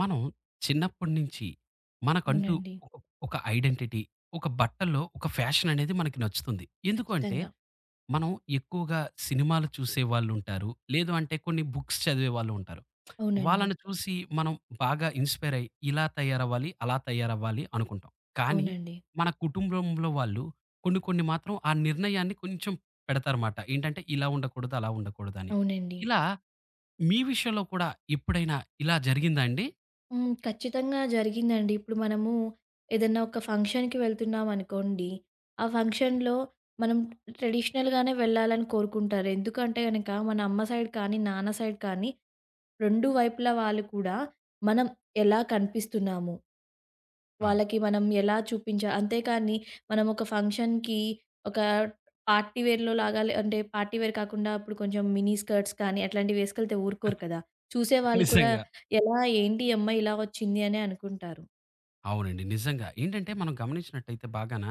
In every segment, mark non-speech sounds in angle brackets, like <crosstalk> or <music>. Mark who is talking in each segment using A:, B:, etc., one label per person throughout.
A: మనం చిన్నప్పటి నుంచి మనకంటూ
B: అవునండి.
A: ఒక ఒక ఐడెంటిటీ, ఒక బట్టల్లో ఒక ఫ్యాషన్ అనేది మనకి నచ్చుతుంది. ఎందుకు అంటే,
B: ఖచ్చితంగా.
A: మనం ఎక్కువగా సినిమాలు చూసేవాళ్ళుంటారు. లేదు అంటే కొన్ని బుక్స్ చదివేవాళ్ళు ఉంటారు.
B: అవునండి.
A: వాళ్ళని చూసి మనం బాగా ఇన్‌స్పైర్ అయ్యి ఇలా తయారవ్వాలి, అలా తయారవ్వాలి అనుకుంటాం. కానీ
B: అవునండి.
A: మన కుటుంబంలో వాళ్ళు కొన్ని కొన్ని మాత్రం ఆ నిర్ణయాన్ని కొంచెం పెడతారమాట. ఏంటంటే ఇలా ఉండకూడదు, అలా ఉండకూడదని.
B: అవునండి.
A: ఇలా మీ విషయంలో కూడా ఎప్పుడైనా ఇలా జరిగిందా అండి?
B: ఖచ్చితంగా జరిగిందండి. ఇప్పుడు మనము ఏదన్నా ఒక ఫంక్షన్‌కి వెళ్తున్నామనుకోండి, ఆ ఫంక్షన్‌లో మనం ట్రెడిషనల్‌గానే వెళ్ళాలని కోరుకుంటారు. ఎందుకంటే గనక మన అమ్మ సైడ్ కానీ, నాన్న సైడ్ కానీ 2 వైపుల వాళ్ళు కూడా మనం ఎలా కనిపిస్తున్నాము
A: అవును.
B: వాళ్ళకి మనం ఎలా చూపించా అంతే కానీ మనం ఒక ఫంక్షన్‌కి ఒక పార్టీ వేర్‌లో లాగా లే అంటే పార్టీ వేర్ కాకుండా అప్పుడు కొంచెం మినీ స్కర్ట్స్ కానీ అట్లాంటివి వేసుకెళ్తే ఊరుకోరు కదా! చూసేవాళ్ళు కూడా
A: నిజంగా.
B: ఎలా ఏంటి ఈ అమ్మాయి ఇలా వచ్చింది అనే అనుకుంటారు.
A: అవునండి. నిజంగా. ఏంటంటే మనం గమనించినట్టయితే బాగాన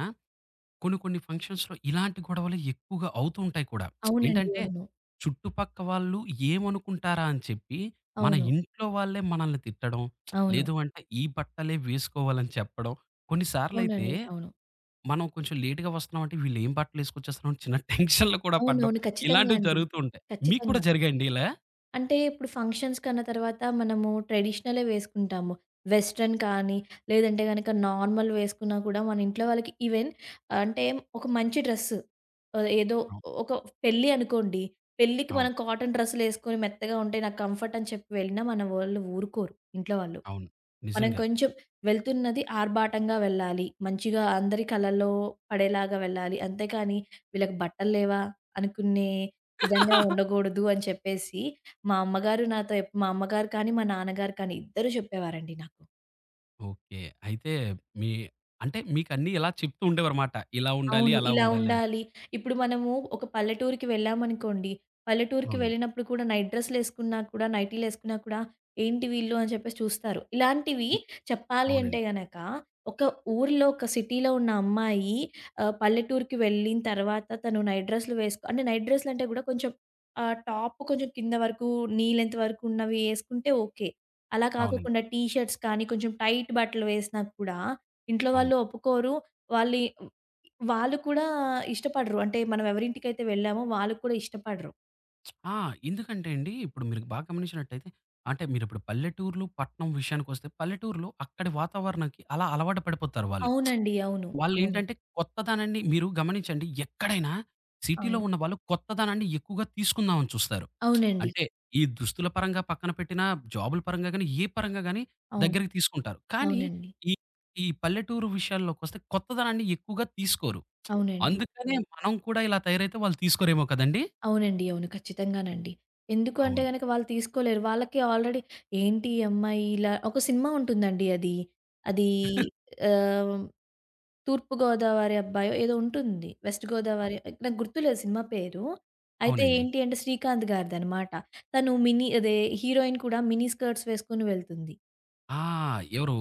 A: కొన్ని కొన్ని ఫంక్షన్స్‌లో ఇలాంటి గొడవలు ఎక్కువగా అవుతూ ఉంటాయి కూడా.
B: అవునండి.
A: ఏంటంటే
B: అవును.
A: చుట్టుపక్క వాళ్ళు ఏమనుకుంటారా అని చెప్పి మన
B: అవును.
A: ఇంట్లో వాళ్ళే మనల్ని తిట్టడం,
B: అవును.
A: లేదు అంటే ఈ బట్టలే వేసుకోవాలని చెప్పడం. కొన్ని సార్లయితే
B: అవునండి. అవును.
A: మనం కొంచెం లేట్‌గా వస్తున్నామంటే వీళ్ళు ఏం బట్టలు ఏసుకొచ్చేస్తున్నారో చిన్న <laughs> టెన్షన్‌లో కూడా పడ్డం.
B: అవునవును. ఖచ్చితంగా
A: ఇలాంటివి
B: అండి.
A: జరుగుతూ ఉంటాయి. మీకు కూడా
B: ఖచ్చితంగా.
A: జరిగాయండి ఇలా?
B: అంటే ఇప్పుడు ఫంక్షన్స్‌కన్న తర్వాత మనము ట్రెడిషనలే వేసుకుంటాము. వెస్టర్న్ కానీ, లేదంటే గనక నార్మల్ వేసుకున్నా కూడా మన ఇంట్లో వాళ్ళకి ఈవెన్ అంటే ఒక మంచి డ్రెస్ ఏదో
A: అవును.
B: ఒక పెళ్లి అనుకోండి. పెళ్లికి
A: అవును.
B: మనం కాటన్ డ్రెస్సులేసుకొని మెత్తగా ఉంటే నాకు కంఫర్ట్ అని చెప్పి వెళ్ళినా మన వోళ్ళు ఊరుకోరు ఇంట్లో వాళ్ళు.
A: అవును.
B: మనం
A: నిజంగా.
B: కొంచెం వెళ్తున్నది ఆర్భాటంగా వెళ్ళాలి. మంచిగా అందరి కళ్ళల్లో పడేలాగా వెళ్ళాలి. అంతేకాని వీళ్ళకి బట్టలు లేవా? అనుకునే విధంగా
A: <laughs>
B: ఉండకూడదు అని చెప్పేసి, మా అమ్మగారు నాతో మా అమ్మగారు కానీ, మా నాన్నగారు కానీ ఇద్దరూ చెప్పేవారండి నాకు.
A: ఓకే. అయితే మీ అంటే మీకన్నీ ఇలా చెప్తూ ఉండేవారమాట. ఇలా ఉండాలి,
B: అవును.
A: అలా
B: ఇలా
A: ఉండాలి అని.
B: ఉండాలి. ఇప్పుడు మనము ఒక పల్లెటూరికి వెళ్ళామనుకోండి. పల్లెటూరికి
A: అవునండి.
B: వెళ్ళినప్పుడు కూడా నైట్ డ్రెస్సులేసుకున్నా కూడా, నైటీలేసుకున్నా కూడా ఏంటి వీళ్ళు అని చెప్పేసి చూస్తారు. ఇలాంటివి
A: హ్మ్.
B: చెప్పాలి అంటే
A: అవునండి.
B: గనక ఒక ఊరిలో, ఒక సిటీలో ఉన్న అమ్మాయి పల్లెటూరికి వెళ్ళిన తర్వాత తను నైట్ డ్రెస్సులు వేసుకు అంటే నైట్ డ్రెస్సులంటే కూడా కొంచెం టాప్ కొంచెం కింద వరకు, నీ లెంత్ వరకు ఉన్నవి ఏసుకుంటే ఓకే. అలా
A: అవునండి.
B: కాకోకుండా టీ షర్ట్స్ కానీ కొంచెం టైట్ బట్టలు వేసినా కూడా ఇంట్లో
A: అవును.
B: వాళ్ళు ఒప్పుకోరు. వాళ్ళి వాళ్ళు కూడా ఇష్టపడరు. అంటే మనం ఎవరింటికైతే వెళ్ళామో వాళ్ళు కూడా ఇష్టపడరు.
A: ఆ! ఎందుకంటే అండి, ఇప్పుడు మీరు బాగా గమనించినట్టయితే అంటే మీరిప్పుడు పల్లెటూర్లు, పట్నం విషయానికొస్తే పల్లెటూరులో అక్కడి వాతావరణంకి అలా అలవాటు పడిపోతారు వాళ్ళు.
B: అవునండి. అవును. అవును.
A: వాళ్ళేంటంటే కొత్తదనాన్ని మీరు గమనించండి ఎక్కడైనా సిటీలో
B: అవును.
A: ఉన్న వాళ్ళు కొత్తదనాన్ని ఎక్కువగా తీసుకుందామని చూస్తారు.
B: అవునండి.
A: అంటే ఈ దుస్తుల పరంగా పక్కన పెట్టినా, జాబుల పరంగా గాని, ఏ పరంగా గాని
B: అవును.
A: దగ్గరికి తీసుకుంటారు. కానీ
B: అవునండి.
A: ఈ ఈ పల్లెటూరు విషయాల్లోకొస్తే కొత్తదనాన్ని ఎక్కువగా తీసుకోరు.
B: అవునండి.
A: అందుకనే మనం కూడా ఇలా తయారైతే వాళ్ళు తీసుకోరేమో కదండీ!
B: అవునండి. అవును. ఖచ్చితంగానండి. ఎందుకు అంటే
A: అవును.
B: గనక వాళ్ళు తీసుకోలేరు. వాళ్ళకి ఆల్రెడీ ఏంటి ఈ అమ్మాయి ఇలా ఒక సినిమా ఉంటుందండి అది. అది ఆహ్, 'తూర్పు గోదావరి అబ్బాయో' ఏదో ఉంటుంది. 'వెస్ట్ గోదావరి' నాకు గుర్తులేదు సినిమా పేరు. అయితే
A: అవునండి.
B: ఏంటి అంటే శ్రీకాంత్ గారిదనమాట. తను మినీ అదే హీరోయిన్ కూడా మినీ స్కర్ట్స్ వేసుకొని వెళ్తుంది.
A: ఆ! ఎవరు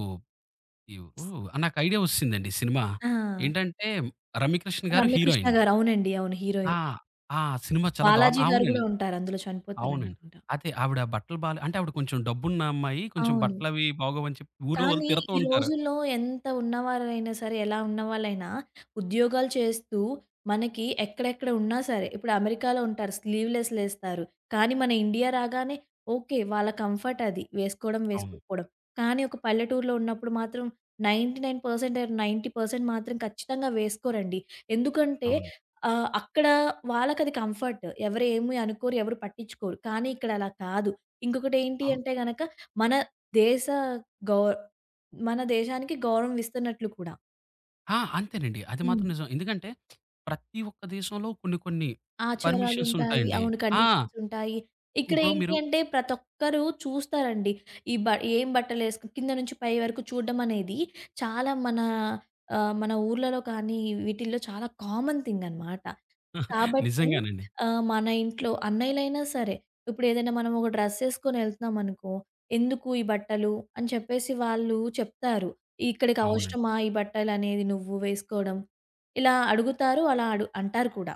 A: ఎవరు నాకు ఐడియా ఒచ్చేసిందండి సినిమా.
B: ఆ!
A: ఏంటంటే 'రమ్యకృష్ణ' గారు
B: రమ్యకృష్ణ
A: హీరోయిన్.
B: గారు. అవునండి. అవును.
A: ఆ!
B: హీరోయిన్.
A: ఆ! సినిమా చాలా దారుణ
B: బాలాజీ గారు
A: అవునండి.
B: గూడా ఉంటారు. అందులో
A: అవునండి.
B: చనిపోతారనుకుంటా.
A: అదే ఆవిడ బట్టలు బాలే అంటే ఆవిడ కొంచెం డబ్బున్న అమ్మాయి. కొంచెం
B: అవును.
A: బట్టలవి బాగోవని చెప్పి ఊర్లో వాళ్ళు
B: కానీ
A: తిడతూ
B: ఈ
A: ఉంటారు.
B: రోజుల్లో ఎంత ఉన్నవారైనా సరే, ఎలా ఉన్నవాళ్ళైనా ఉద్యోగాలు చేస్తూ మనకి ఎక్కడెక్కడ ఉన్నా సరే, ఇప్పుడు అమెరికాలో ఉంటారు స్లీవ్‌లెస్‌లేస్తారు. కానీ మన ఇండియా రాగానే ఓకే. వాళ్ళ కంఫర్ట్ అది. వేసుకోవడం,
A: అవును.
B: వేసుకోకపోవడం. కానీ ఒక పల్లెటూరులో ఉన్నప్పుడు మాత్రం 99% ఆర్ 90% మాత్రం ఖచ్చితంగా వేసుకోరండి. ఎందుకంటే
A: అవును.
B: అక్కడ వాళ్ళకది కంఫర్ట్. ఎవరు ఏమి అనుకోరు, ఎవరు పట్టించుకోరు. కానీ ఇక్కడ అలా కాదు. ఇంకొకటి ఏంటి
A: ఆ!
B: అంటే గనక మన దేశ గౌ మన దేశానికి గౌరవం ఇస్తున్నట్లు కూడా.
A: ఆ! అంతేనండి. అది మాత్రం
B: హ్మ్.
A: నిజం. ఎందుకంటే ప్రతి ఒక్క దేశంలో కొన్ని కొన్ని పర్మిషన్స్
B: ఆచారాలుంటాయి.
A: ఉంటాయండి.
B: అవును.
A: ఆ!
B: కండిషన్సుంటాయి. ఇక్కడ
A: ఇప్పుడు
B: ఏంటి
A: మీరు
B: అంటే ప్రతి ఒక్కరు చూస్తారండి. ఈ బ ఏం బట్టలేసుకు కింద నుంచి పై వరకు చూడడం అనేది చాలా మన మన ఊర్లలో కానీ వీటిల్లో చాలా కామన్ థింగ్ అనమాట. కాబట్టి
A: నిజంగానండి.
B: మన ఇంట్లో అన్నయ్యలైనా సరే, ఇప్పుడేదైనా మనం ఒక డ్రెస్ ఏసుకొని ఎళ్తున్నామనుకో, "ఎందుకు ఈ బట్టలు" అని చెప్పేసి వాళ్ళు చెప్తారు. "ఇక్కడికి
A: అవునండి.
B: అవసరమా ఈ బట్టలనేది నువ్వు వేసుకోవడం?" ఇలా అడుగుతారు. అలా అడు అంటారు కూడా.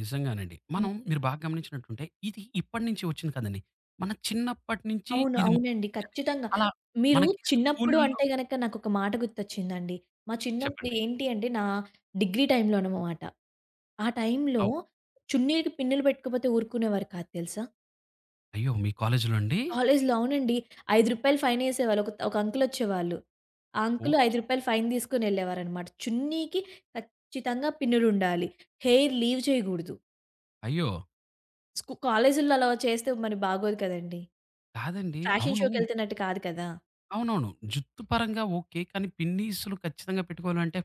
A: నిజంగానండి.
B: హ్మ్.
A: మనం మీరు బాగా గమనించినట్టుంటే ఇది ఇప్పటి నుంచి వచ్చింది కాదండి. మన చిన్నప్పటి నుంచి
B: అవును.
A: ఇది
B: అవునండి.
A: మొదలైందండి.
B: ఖచ్చితంగా.
A: అలా
B: మీరు
A: మనకి
B: చిన్నప్పుడు
A: స్కూలుల్లో
B: అంటే గనక నాకొక మాట గుర్తొచ్చిందండి. మా చిన్నప్పుడు
A: చెప్పండి.
B: ఏంటి అంటే డిగ్రీ టైమ్‌లోననమాట. ఆ టైమ్‌లో
A: అవ్
B: చున్నీలకి పిన్నులు పెట్టుకోపోతే ఊరుకునేవారు కాదు తెలుసా?
A: అయ్యో! మీ కాలేజులో అండి?
B: కాలేజ్‌లో అవునండి. రూ. 5 ఫైనేసేవాళ్ళు. ఒక ఒక అంకులొచ్చేవాళ్ళు. ఆ అంకుల్ రూ.
A: ఓకే.
B: 5 ఫైన్ తీసుకొనెళ్ళేవారనమాట. చున్నీకి ఖచ్చితంగా పిన్నులుండాలి. Hair leave చేయగూడదు.
A: అయ్యో!
B: కాలేజుల్లో అలా చేస్తే మరి బాగోదు కదండీ!
A: కాదండి.
B: ఫ్యాషన్
A: అవును.
B: షోకెళ్తున్నట్టు కాదు కదా!
A: అవునవును. జుత్తు పరంగా ఓకే. కానీ పిన్నీసులు ఖచ్చితంగా పెట్టుకోవాలంటే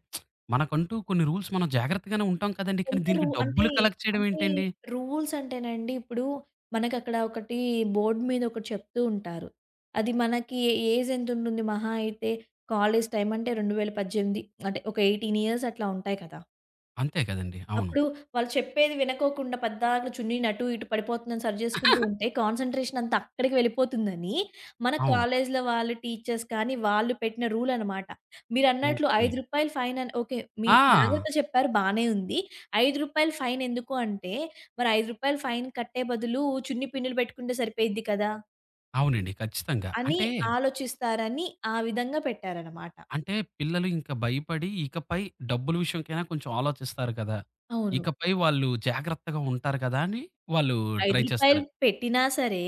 A: మనకంటూ కొన్ని రూల్స్ మనం జాగ్రత్తగానే ఉంటాం కదండీ. కానీ
B: ఎంత రూ
A: దీనికి
B: అంటే
A: డబ్బులు కలెక్ట్ చేయడం
B: అంటే
A: ఏంటండి?
B: రూల్స్ అంటేనండి ఇప్పుడు మనకక్కడ ఒకటి బోర్డ్ మీద ఒకటి చెప్తూ ఉంటారు. అది మనకి ఏజ్ ఎంతుంటుంది మహా అయితే కాలేజ్ టైమ్ అంటే 2018 అంటే ఒక 18 ఇయర్స్ అట్లా ఉంటాయి కదా!
A: అంతే కదండీ. అవును.
B: అప్పుడు వాళ్ళు చెప్పేది వినకోకుండా పద్దాకల చున్నీని అటు ఇటు పడిపోతుందని సరి చేసుకుంటూ ఉంటే, కాన్సంట్రేషన్ అంతా అక్కడికి వెళ్ళిపోతుందని, మన
A: అవును.
B: కాలేజీలో వాళ్ళు టీచర్స్ కానీ, వాళ్ళు పెట్టిన రూల్ అనమాట. మీరన్నట్లు రూ.
A: ఓకే.
B: 5 ఫైన్ అని ఓకే. మీ
A: ఆ!
B: జాగ్రత్త చెప్పారు బానే ఉంది. రూ. 5 ఫైన్ ఎందుకు అంటే, మరి రూ. 5 ఫైన్ కట్టే బదులు చున్నీ పిన్నులు పెట్టుకుంటే సరిపోయిద్ది కదా!
A: అవునండి. ఖచ్చితంగా.
B: అని
A: అంటే,
B: ఆలోచిస్తారని ఆ విధంగా పెట్టారనమాట.
A: అంటే పిల్లలు ఇంక భయపడి ఇకపై డబ్బుల విషయంకైనా కొంచెం ఆలోచిస్తారు కదా!
B: అవును.
A: ఇకపై వాళ్ళు జాగ్రత్తగా ఉంటారు కదా! అని వాళ్ళు
B: రూ.
A: ట్రై
B: 5
A: చేస్తారు.
B: పెట్టినా సరే,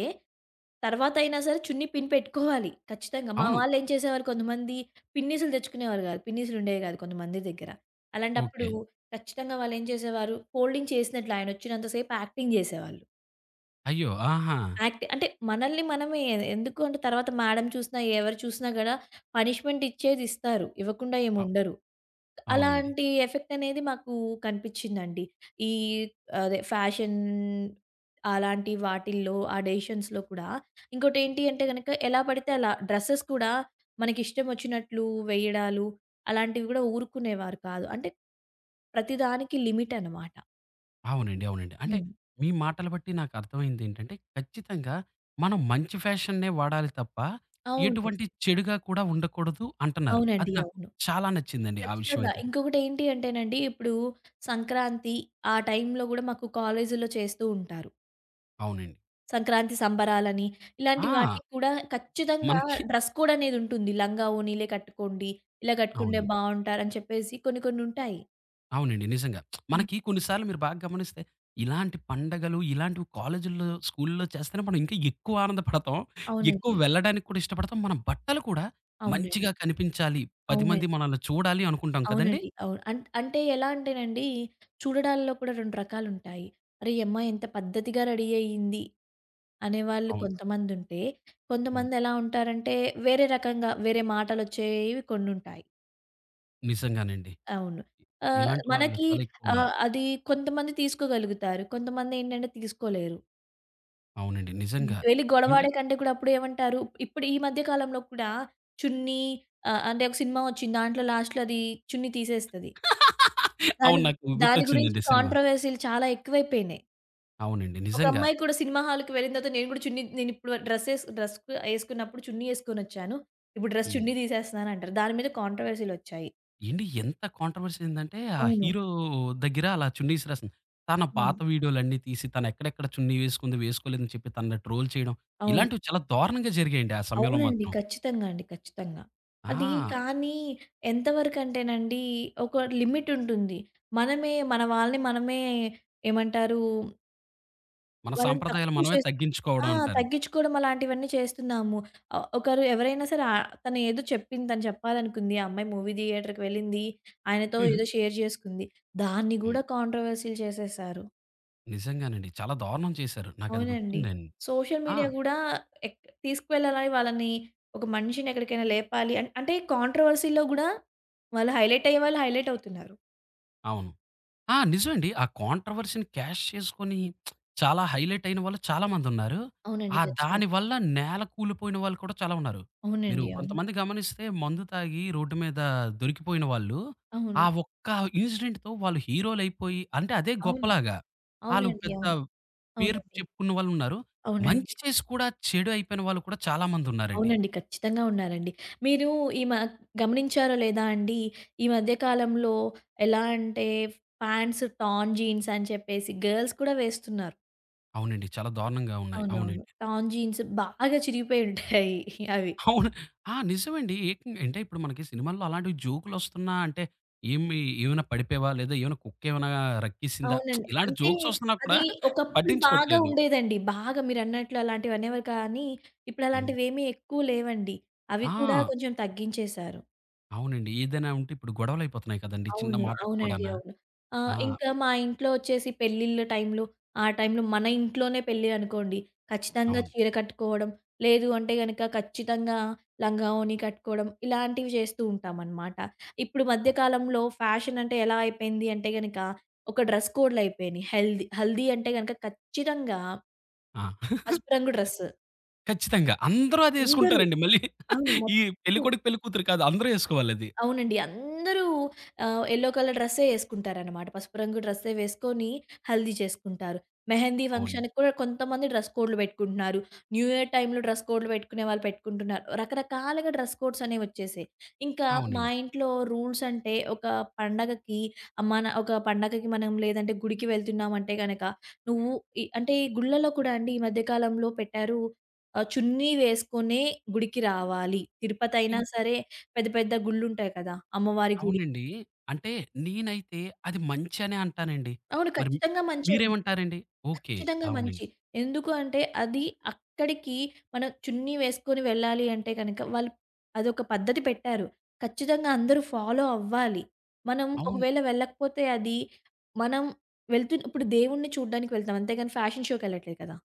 B: తర్వాతయినా సరే చున్నీ పిన్ పెట్టుకోవాలి ఖచ్చితంగా. మా
A: అవును.
B: వాళ్ళేం చేసేవారు కొంతమంది పిన్నీసులు తెచ్చుకునేవారు గాదు. పిన్నీసులుండేవి గాదు కొంతమంది దగ్గర. అలాంటప్పుడు
A: ఓకే.
B: ఖచ్చితంగా వాళ్ళేం చేసేవారు, ఫోల్డింగ్ చేసినట్లు ఆయనొచ్చినంత సేపు యాక్టింగ్ జేసేవాళ్ళు.
A: అయ్యో! ఆహా!
B: యాక్ట్ అంటే మనల్ని మనమే ఎందుకు అంటే తర్వాత మేడమ్ చూసినా, ఎవరు చూసినా గూడా పనిష్మెంట్ ఇచ్చేది ఇస్తారు. ఇవ్వకుండా
A: అవ్
B: ఏముండరు.
A: అవునండి.
B: అలాంటి ఎఫెక్ట్ అనేది మాకు కనిపిచ్చిందండి. ఈ అదే ఫ్యాషన్ అలాంటి వాటిల్లో, ఆ డెసిషన్స్‌లో కూడా. ఇంకోటేంటి అంటే గనక ఎలా పడితే అలా డ్రెసెస్ కూడా మనకిష్టం వచ్చినట్లు వేయడాలు, అలాంటివి గూడా ఊరుకునేవారు కాదు. అంటే ప్రతిదానికి లిమిట్ అనమాట.
A: అవునండి. అవునండి. అంటే
B: హ్మ్.
A: మీ మాటలు బట్టి నాకు అర్థమైందేంటంటే, ఖచ్చితంగా మనం మంచి ఫ్యాషన్‌నే వాడాలి తప్ప,
B: అవును.
A: ఎటువంటి చెడుగా కూడా ఉండకూడదు అంటన్నారు. అది
B: అవునండి.
A: నాకు
B: అవును.
A: చాలా నచ్చిందండి ఆ విషయం
B: ఖచ్చితంగా.
A: అయితే.
B: ఇంకొకటేంటి అంటేనండి, ఇప్పుడు సంక్రాంతి ఆ టైంలో గూడా మాకు కాలేజీలో చేస్తూ ఉంటారు.
A: అవునండి.
B: సంక్రాంతి సంబరాలని, ఇలాంటి
A: ఆ!
B: వాటికి కూడా ఖచ్చితంగా
A: మనకి
B: డ్రెస్ కోడ్ అనేదుంటుంది. లంగా, ఓణీలే కట్టుకోండి. ఇలా కట్టుకుంటే
A: అవును.
B: బావుంటారని చెప్పేసి కొన్ని కొన్నుంటాయి.
A: అవునండి. నిజంగా.
B: హ్మ్.
A: మనకి కొన్ని సార్లు మీరు బాగా గమనిస్తే, ఇలాంటి పండగలు, ఇలాంటివి కాలేజీల్లో, స్కూలుల్లో చేస్తేనే మనం ఇంకా ఎక్కువ ఆనందపడతాం. ఎక్కువ
B: అవునండి.
A: వెళ్ళడానికి కూడా ఇష్టపడతాం. మన బట్టలు కూడా మంచిగా
B: అవునండి.
A: కనిపించాలి. 10 మంది
B: అవునండి.
A: మనల్ని చూడాలి అనుకుంటాం కదండీ!
B: అవునండి. అవును. అంటే ఎలా అంటేనండి, చూడడాల్లో కూడా 2 రకాలుంటాయి. అరే! ఈ అమ్మాయి ఎంత పద్ధతిగా రెడీ అయ్యింది అనేవాళ్ళు
A: అవును.
B: కొంతమందుంటే,
A: హ్మ్.
B: కొంతమందెలా ఉంటారంటే, వేరే రకంగా వేరే మాటలొచ్చేవి కొన్నుంటాయి.
A: నిజంగానండి.
B: అవును.
A: ఇ
B: ఆహ్,
A: ఇలాంటి వాళ్ళు
B: మనకి
A: చాలా ఎక్కువున్నారు.
B: అది కొంతమంది తీసుకోగలుగుతారు. కొంతమందేంటంటే తీసుకోలేరు.
A: అవునండి. నిజంగా.
B: వెళ్లి
A: ఏంట
B: గొడవాడే కంటే కూడా అప్పుడేమంటారు, ఇప్పుడు ఈ మధ్య కాలంలో కూడా చున్నీ అంటే ఒక సినిమా వచ్చింది. దాంట్లో లాస్ట్‌లో అది చున్నీ తీసేస్తది.
A: <laughs> అవును.
B: దాని
A: నాకు
B: దాని గురించి
A: గుర్తొచ్చిందండి సినిమా.
B: కాంట్రోవర్సీలు చాలా ఎక్కువైపోయినాయి.
A: అవునండి.
B: ఒక
A: నిజంగా.
B: అమ్మాయి కూడా సినిమా హాల్‌కి వెళ్ళిన తర్వాత నేను కూడా చున్నీ నేనిప్పుడు డ్రెస్ ఏసుకున్నప్పుడు చున్నీ ఏసుకొనొచ్చాను. ఇప్పుడు డ్రెస్
A: హ్మ్.
B: చున్నీ తీసేస్తున్నానంటారు. దాని మీద కాంట్రోవర్సీలొచ్చాయి.
A: ఏండి ఎంత కాంట్రోవర్సీ ఏందంటే, ఆ
B: అవును.
A: హీరో దగ్గర అలా చున్నీస్ రాసింది. తన పాత
B: అవును.
A: వీడియోలన్నీ తీసి తను ఎక్కడెక్కడ చున్నీ వేసుకుంది, వేసుకోలేదని చెప్పి తనని ట్రోల్ చేయడం.
B: అవును.
A: ఇలాంటివి చాలా దారుణంగా జరిగాయండి ఆ సమయంలో
B: అవునండి.
A: మాత్రం.
B: ఖచ్చితంగా అండి. ఖచ్చితంగా. అది
A: ఆ!
B: కానీ ఎంతవరకంటేనండి ఒక లిమిటుంటుంది. మనమే మన వాళ్ళని మనమే ఏమంటారు?
A: మన
B: వాళ్ళని
A: సాంప్రదాయాలు
B: తక్కువ
A: మనమే
B: చేస్ ఆ!
A: తగ్గించుకోవడం అంటారు.
B: తగ్గించుకోవడం అలాంటివన్నీ చేస్తున్నాము. ఒకరు ఎవరైనా సరే తను ఏదో చెప్పింది తను చెప్పాలనుకుంది. ఆ అమ్మాయి మూవీ థియేటర్‌కి వెళ్ళింది. ఆయనతో ఏదో
A: <laughs>
B: షేర్ చేసుకుంది. దాన్ని
A: అవును.
B: గూడా కాంట్రోవర్సీ‌లు చేసేసారు.
A: నిజంగానండి. చాలా దారుణం చేశారు. నాకది
B: అవునండి.
A: గుర్తుందండి.
B: సోషల్
A: ఆ!
B: మీడియా గూడా ఎక్ తీసుకువెళ్ళాలని వాళ్ళని ఒక మనిషిని ఎక్కడికైనా లేపాలి అంటే కాంట్రోవర్సీ‌లో గూడా వాళ్ళు హైలైట్ అయ్యే వాళ్ళు హైలైట్ అవుతున్నారు.
A: అవును. ఆ! నిజమండి. ఆ కాంట్రోవర్సీ‌ని క్యాష్ చేసుకొని చాలా హైలైట్ అయిన వాళ్ళు చాలామందున్నారు.
B: అవునండి.
A: ఆ
B: ఖచ్చితంగా.
A: దానివల్ల నేల కూలిపోయిన వాళ్ళు కూడా చాలా ఉన్నారు. మీరు
B: అవునండి. అవును.
A: కొంతమంది గమనిస్తే మందు తాగి రోడ్డు మీద దొరికిపోయిన వాళ్ళు, ఆ
B: అవును.
A: ఒక్క ఇన్సిడెంట్‌తో వాళ్ళు హీరోలయిపోయి అంటే అదే
B: అవును.
A: గొప్పలాగా. ఆళ్ళు
B: అవునండి.
A: పెద్ద
B: అవును.
A: పేరు
B: అవునండి.
A: చెప్పుకున్న వాళ్ళున్నారు.
B: అవునండి.
A: మంచి చేసి కూడా చెడు అయిపోయిన వాళ్ళు కూడా చాలామందున్నారండి.
B: అవునండి. ఖచ్చితంగా ఉన్నారండి. మీరు ఈ మ గమనించారో లేదా అండి, ఈ మధ్య కాలంలో ఎలా అంటే ప్యాంట్స్ టార్న్ జీన్స్ అని చెప్పేసి గర్ల్స్ కూడా వేస్తున్నారు.
A: అవునండి. చాలా దారుణంగా ఉన్నాయి.
B: అవునవును.
A: అవునండి.
B: టార్న్ జీన్స్ బాగా చిరిగిపోయి ఉంటాయి అవి.
A: అవును. ఆ! నిజమండి. ఏకంగా అంటే ఇప్పుడు మనకి సినిమాల్లో అలాంటివి జోకులొస్తున్నా అంటే, ఏమి ఏమైనా పడిపోయావా? లేదా ఏమైనా కుక్కేమైనా రక్కేసిందా?
B: అవునండి.
A: ఇలాంటి
B: అంటే
A: జోక్సొస్తున్నా కూడా
B: అది ఒకప్పుడు బాగా
A: పట్టించుకోట్లేదు.
B: ఉండేదండి. బాగా మీరన్నట్లు అలాంటివనేవారు కానీ, ఇప్పుడు
A: హ్మ్.
B: అలాంటివేమీ ఎక్కువ లేవండి. అవి కూడా
A: ఆ!
B: కొంచెం తగ్గించేశారు.
A: అవునండి. ఏదైనా ఉంటే ఇప్పుడు గొడవలయిపోతున్నాయి కదండీ చిన్న
B: అవును.
A: మాటకు
B: అవునండి.
A: కూడానా.
B: అవును.
A: ఆ!
B: ఇంకా మా ఇంట్లో వచ్చేసి పెళ్ళిళ్ళ టైంలో, ఆ టైంలో మన ఇంట్లోనే పెళ్లి అనుకోండి, ఖచ్చితంగా
A: అవును.
B: చీర కట్టుకోవడం, లేదు అంటే గనక ఖచ్చితంగా లంగా ఓణి కట్టుకోవడం, ఇలాంటివి చేస్తూ ఉంటామనమాట. ఇప్పుడు మధ్య
A: ఓకే.
B: కాలంలో ఫ్యాషన్ అంటే ఎలా అయిపోయింది అంటే గనక, ఒక డ్రెస్ కోడ్‌లయిపోయినియి. హెల్దీ హెల్దీ హల్దీ అంటే గనక ఖచ్చితంగా
A: ఆ!
B: పసుపు రంగు డ్రెస్.
A: ఖచ్చితంగా. అందరూ
B: అందరూ
A: అదేసుకుంటారండి మళ్ళీ.
B: అవును.
A: ఈ
B: మొత్తం
A: పెళ్ళికొడుకు, పెళ్ళికూతురు కాదు అందరూ ఏసుకోవాలది.
B: అవునండి. అందరూ యెల్లో కలర్ డ్రెస్సే యేసుకుంటారనమాట. పసుపు రంగు డ్రెస్సే వేసుకొని హల్దీ చేసుకుంటారు. మెహందీ
A: అవును.
B: ఫంక్షన్‌కి కూడా కొంతమంది డ్రెస్ కోడ్‌లు పెట్టుకుంటున్నారు. న్యూ ఇయర్ టైమ్‌లో డ్రెస్ కోడ్‌లు పెట్టుకునే వాళ్ళు పెట్టుకుంటున్నారు. రకరకాలుగా డ్రెస్ కోడ్స్ అనేవొచ్చేసాయి. ఇంకా మా
A: అవునండి.
B: ఇంట్లో రూల్స్ అంటే ఒక పండగకి మన ఒక పండగకి మనం లేదంటే గుడికి వెళ్తున్నామంటే గనక నువ్వు అంటే ఈ గుళ్ళలో కూడా అండి ఈ మధ్య కాలంలో పెట్టారు. చున్నీ వేసుకొనే గుడికి రావాలి. తిరుపతయినా
A: ఇన్
B: సరే పెద్ద పెద్ద గుళ్ళుంటాయి కదా! అమ్మవారి గుడి.
A: అవునండి. అంటే నేనైతే అది మంచనే అంటానండి.
B: అవును.
A: మరి
B: ఖచ్చితంగా మంచండి.
A: మీరేమంటారండి? ఓకే.
B: ఖచ్చితంగా
A: అవునండి.
B: మంచి. ఎందుకు అంటే అది అక్కడికి మనం చున్నీ వేసుకొని వెళ్ళాలి అంటే గనక వాళ్ళు అదొక పద్ధతి పెట్టారు. ఖచ్చితంగా అందరూ ఫాలో అవ్వాలి. మనం
A: అవును.
B: ఒకవేళ వెళ్ళకపోతే అది మనం వెళ్తున్న ఇప్పుడు దేవుడిని చూడ్డానికి వెళ్తాం. అంతేగాని ఫ్యాషన్ షో‌కెళ్ళట్లేదు కదా!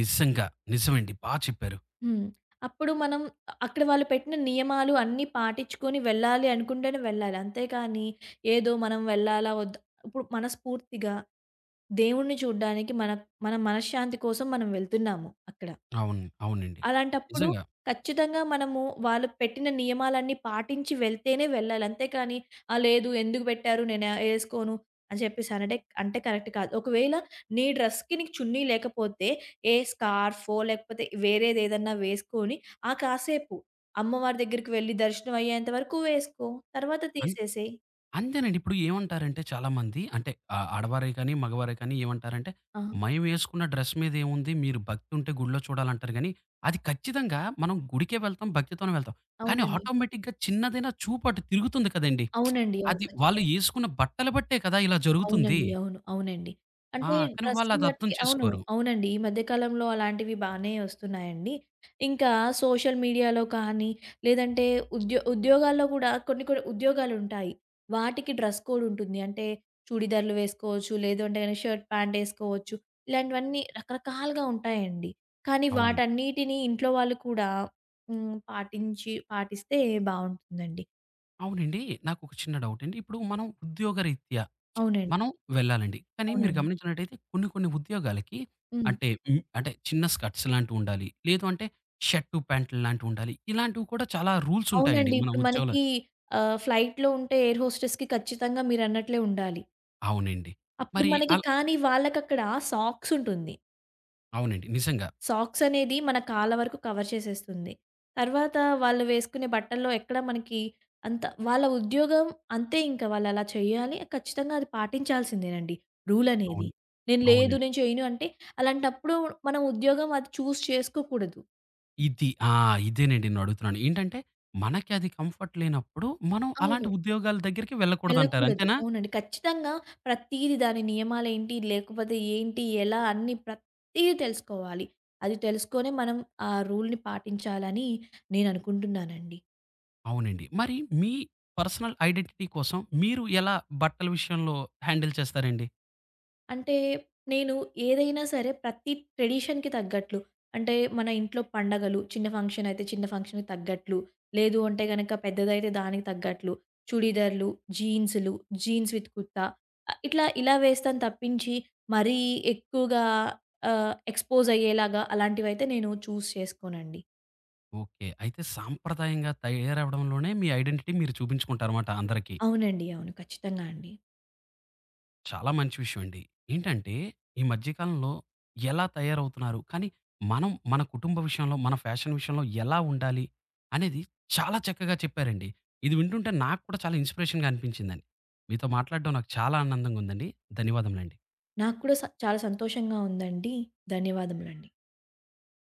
A: నిజంగా. నిజమండి. బా చెప్పారు.
B: హ్మ్. అప్పుడు మనం అక్కడ వాళ్ళు పెట్టిన నియమాలు అన్నీ పాటించుకొని వెళ్ళాలి అనుకుంటేనే వెళ్ళాలి. అంతేకానీ ఏదో మనం వెళ్ళాలా వద్దా ఇప్పుడు మనస్ఫూర్తిగా దేవుడిని చూడ్డానికి మన మన మనశ్శాంతి కోసం మనం వెళ్తున్నాము అక్కడ.
A: అవును. అవునండి.
B: అలాంటప్పుడు
A: నిజంగా.
B: ఖచ్చితంగా మనము వాళ్ళు పెట్టిన నియమాలన్నీ పాటించి వెళ్తేనే వెళ్ళాలి. అంతేకాని, "ఆ! లేదు ఎందుకు పెట్టారు నేను ఏసుకోను" అని చెప్పేసి అనడం అంటే కరెక్ట్ కాదు. ఒకవేళ నీ డ్రెస్‌కి నీకు చున్నీ లేకపోతే, ఏ స్కార్ఫో లేకపోతే వేరేదేదన్నా వేసుకొని, ఆ కాసేపు అమ్మవారి దగ్గరికి వెళ్లి దర్శనం అయ్యేంత వరకు వేసుకో. తర్వాత
A: అన్
B: తీసేసేయి.
A: అంతేనండి. ఇప్పుడు ఏమంటారంటే చాలామంది అంటే ఆడవారే కానీ, మగవారే కానీ ఏమంటారంటే,
B: ఆ!
A: "మయమేసుకున్న డ్రెస్ మీదేముంది? మీరు భక్తి ఉంటే గుడిలో చూడాలంటారు" గానీ, అది ఖచ్చితంగా మనం గుడికే వెళ్తాం, భక్తితోనే వెళ్తాం. కానీ
B: అవునండి.
A: ఆటోమేటిక్‌గా చిన్నదైనా చూపు అటు తిరుగుతుంది కదండీ!
B: అవునండి. అవును.
A: అది వాళ్ళు
B: ఖచ్చితంగా.
A: ఏసుకున్న బట్టలు బట్టే కదా ఇలా జరుగుతుంది.
B: అవునండి. అవును. అవునండి.
A: ఆ!
B: అంటే
A: కానీ
B: డ్రెస్‌ని
A: వాళ్ళది అర్థం
B: బట్టి అవును.
A: చేసుకోరు.
B: అవునండి. ఈ మధ్య కాలంలో అలాంటివి బానే వస్తున్నాయండి. ఇంకా సోషల్ మీడియాలో కానీ, లేదంటే ఉద్యోగాల్లో కూడా కొన్ని కొన్ని ఉద్యోగాలుంటాయి. వాటికి డ్రెస్ కోడ్ ఉంటుంది. అంటే చూడీదార్లు వేసుకోవచ్చు. లేదు అంటే గనక షర్ట్, ప్యాంట్ ఏసుకోవచ్చు. ఇలాంటివన్నీ రకరకాలుగా ఉంటాయండి. కానీ
A: అవునండి.
B: వాటన్నిటిని ఇంట్లో వాళ్ళు కూడా పాటిస్తే బావుంటుందండి.
A: అవునండి. నాకొక చిన్న డౌటండి. ఇప్పుడు మనం ఉద్యోగరీత్యా
B: అవునండి.
A: మనం వెళ్ళాలండి. కానీ మీరు
B: అవునండి.
A: గమనించినట్టయితే కొన్ని కొన్ని ఉద్యోగాలకి
B: హ్మ్.
A: అంటే హ్మ్, అంటే చిన్న స్కర్ట్స్ లాంటివుండాలి. లేదు అంటే షర్టు, ప్యాంట్లు లాంటివుండాలి. ఇలాంటివి కూడా చాలా రూల్స్ ఉంటాయండి
B: అవునండి.
A: మన
B: ఇప్పుడు
A: ఉద్యోగంలో.
B: మనకి ఫ్లైట్‌లో ఉంటే ఎయిర్ హోస్టెస్‌కి ఖచ్చితంగా మీరన్నట్లే ఉండాలి.
A: అవునండి.
B: అప్పుడు
A: మరి
B: మనకి కానీ వాళ్ళకక్కడ సాక్స్ ఉంటుంది.
A: అవునండి. నిజంగా.
B: సాక్స్ అనేది మన కాళ్ళ వరకు కవర్ చేసేస్తుంది. తర్వాత వాళ్ళు వేసుకునే బట్టల్లో ఎక్కడ మనకి అంత వాళ్ళ ఉద్యోగం అంతే ఇంకా వాళ్ళలా చేయాలి. ఖచ్చితంగా అది పాటించాల్సిందేనండి రూల్ అనేది.
A: అవును.
B: నేను లేదు
A: అవునండి.
B: నేను చేయను అంటే అలాంటప్పుడు మనం ఉద్యోగం అది చూజ్ చేసుకోకూడదు.
A: ఇది ఆ! ఇదేనండి నేనడుగుతున్నాను. ఏంటంటే మనకి అది కంఫర్ట్ లేనప్పుడు మనం అలాంటి
B: అవును.
A: ఉద్యోగాల దగ్గరికి వెళ్ళకూడదంటారు.
B: వెళ్ళకూడదు.
A: అంతేనా?
B: అవునండి. ఖచ్చితంగా ప్రతీది దాని నియమాలేంటి, లేకపోతే ఏంటి, ఎలా అన్నీ ప్రతీది తెలుసుకోవాలి. అది తెలుసుకొనే మనం ఆ రూల్‌ని పాటించాలని నేననుకుంటున్నానండి.
A: అవునండి. మరి మీ పర్సనల్ ఐడెంటిటీ కోసం మీరు ఎలా బట్టల విషయంలో హ్యాండిల్ చేస్తారండి?
B: అంటే నేను ఏదైనా సరే ప్రతి ట్రెడిషన్‌కి తగ్గట్లు అంటే మన ఇంట్లో పండగలు చిన్న ఫంక్షన్ అయితే చిన్న ఫంక్షన్‌కి తగ్గట్లు, లేదు అంటే గనక పెద్దదైతే దానికి తగ్గట్లు చుడీదార్‌లు, జీన్స్‌లు, జీన్స్ విత్ కుర్తా ఆహ్, ఇట్లా ఇలా వేస్తాను తప్పించి మరీ ఎక్కువగా ఎక్స్‌పోజ్ అయ్యేలాగా అలాంటివైతే నేను చేసుకోనండి.
A: ఓకే. అయితే సాంప్రదాయంగా తయారవ్వడంలోనే మీ ఐడెంటిటీ మీరు చూపించుకుంటారన్నమాట అందరికీ.
B: అవునండి. అవును. ఖచ్చితంగా అండి.
A: చాలా మంచి విషయం అండి. ఏంటంటే ఈ మధ్య కాలంలో ఎలా తయారవుతున్నారు, కానీ మనం మన కుటుంబ విషయంలో, మన ఫ్యాషన్ విషయంలో ఎలా ఉండాలి అనేది చాలా చక్కగా చెప్పారండి. ఇది వింటుంటే నాకు కూడా చాలా ఇన్‌స్పిరేషన్‌గా అనిపించిందండి. మీతో మాట్లాడడం నాకు చాలా ఆనందంగా ఉందండి. ధన్యవాదములండి.
B: నాకు కూడా చాలా సంతోషంగా ఉందండి. ధన్యవాదములండి.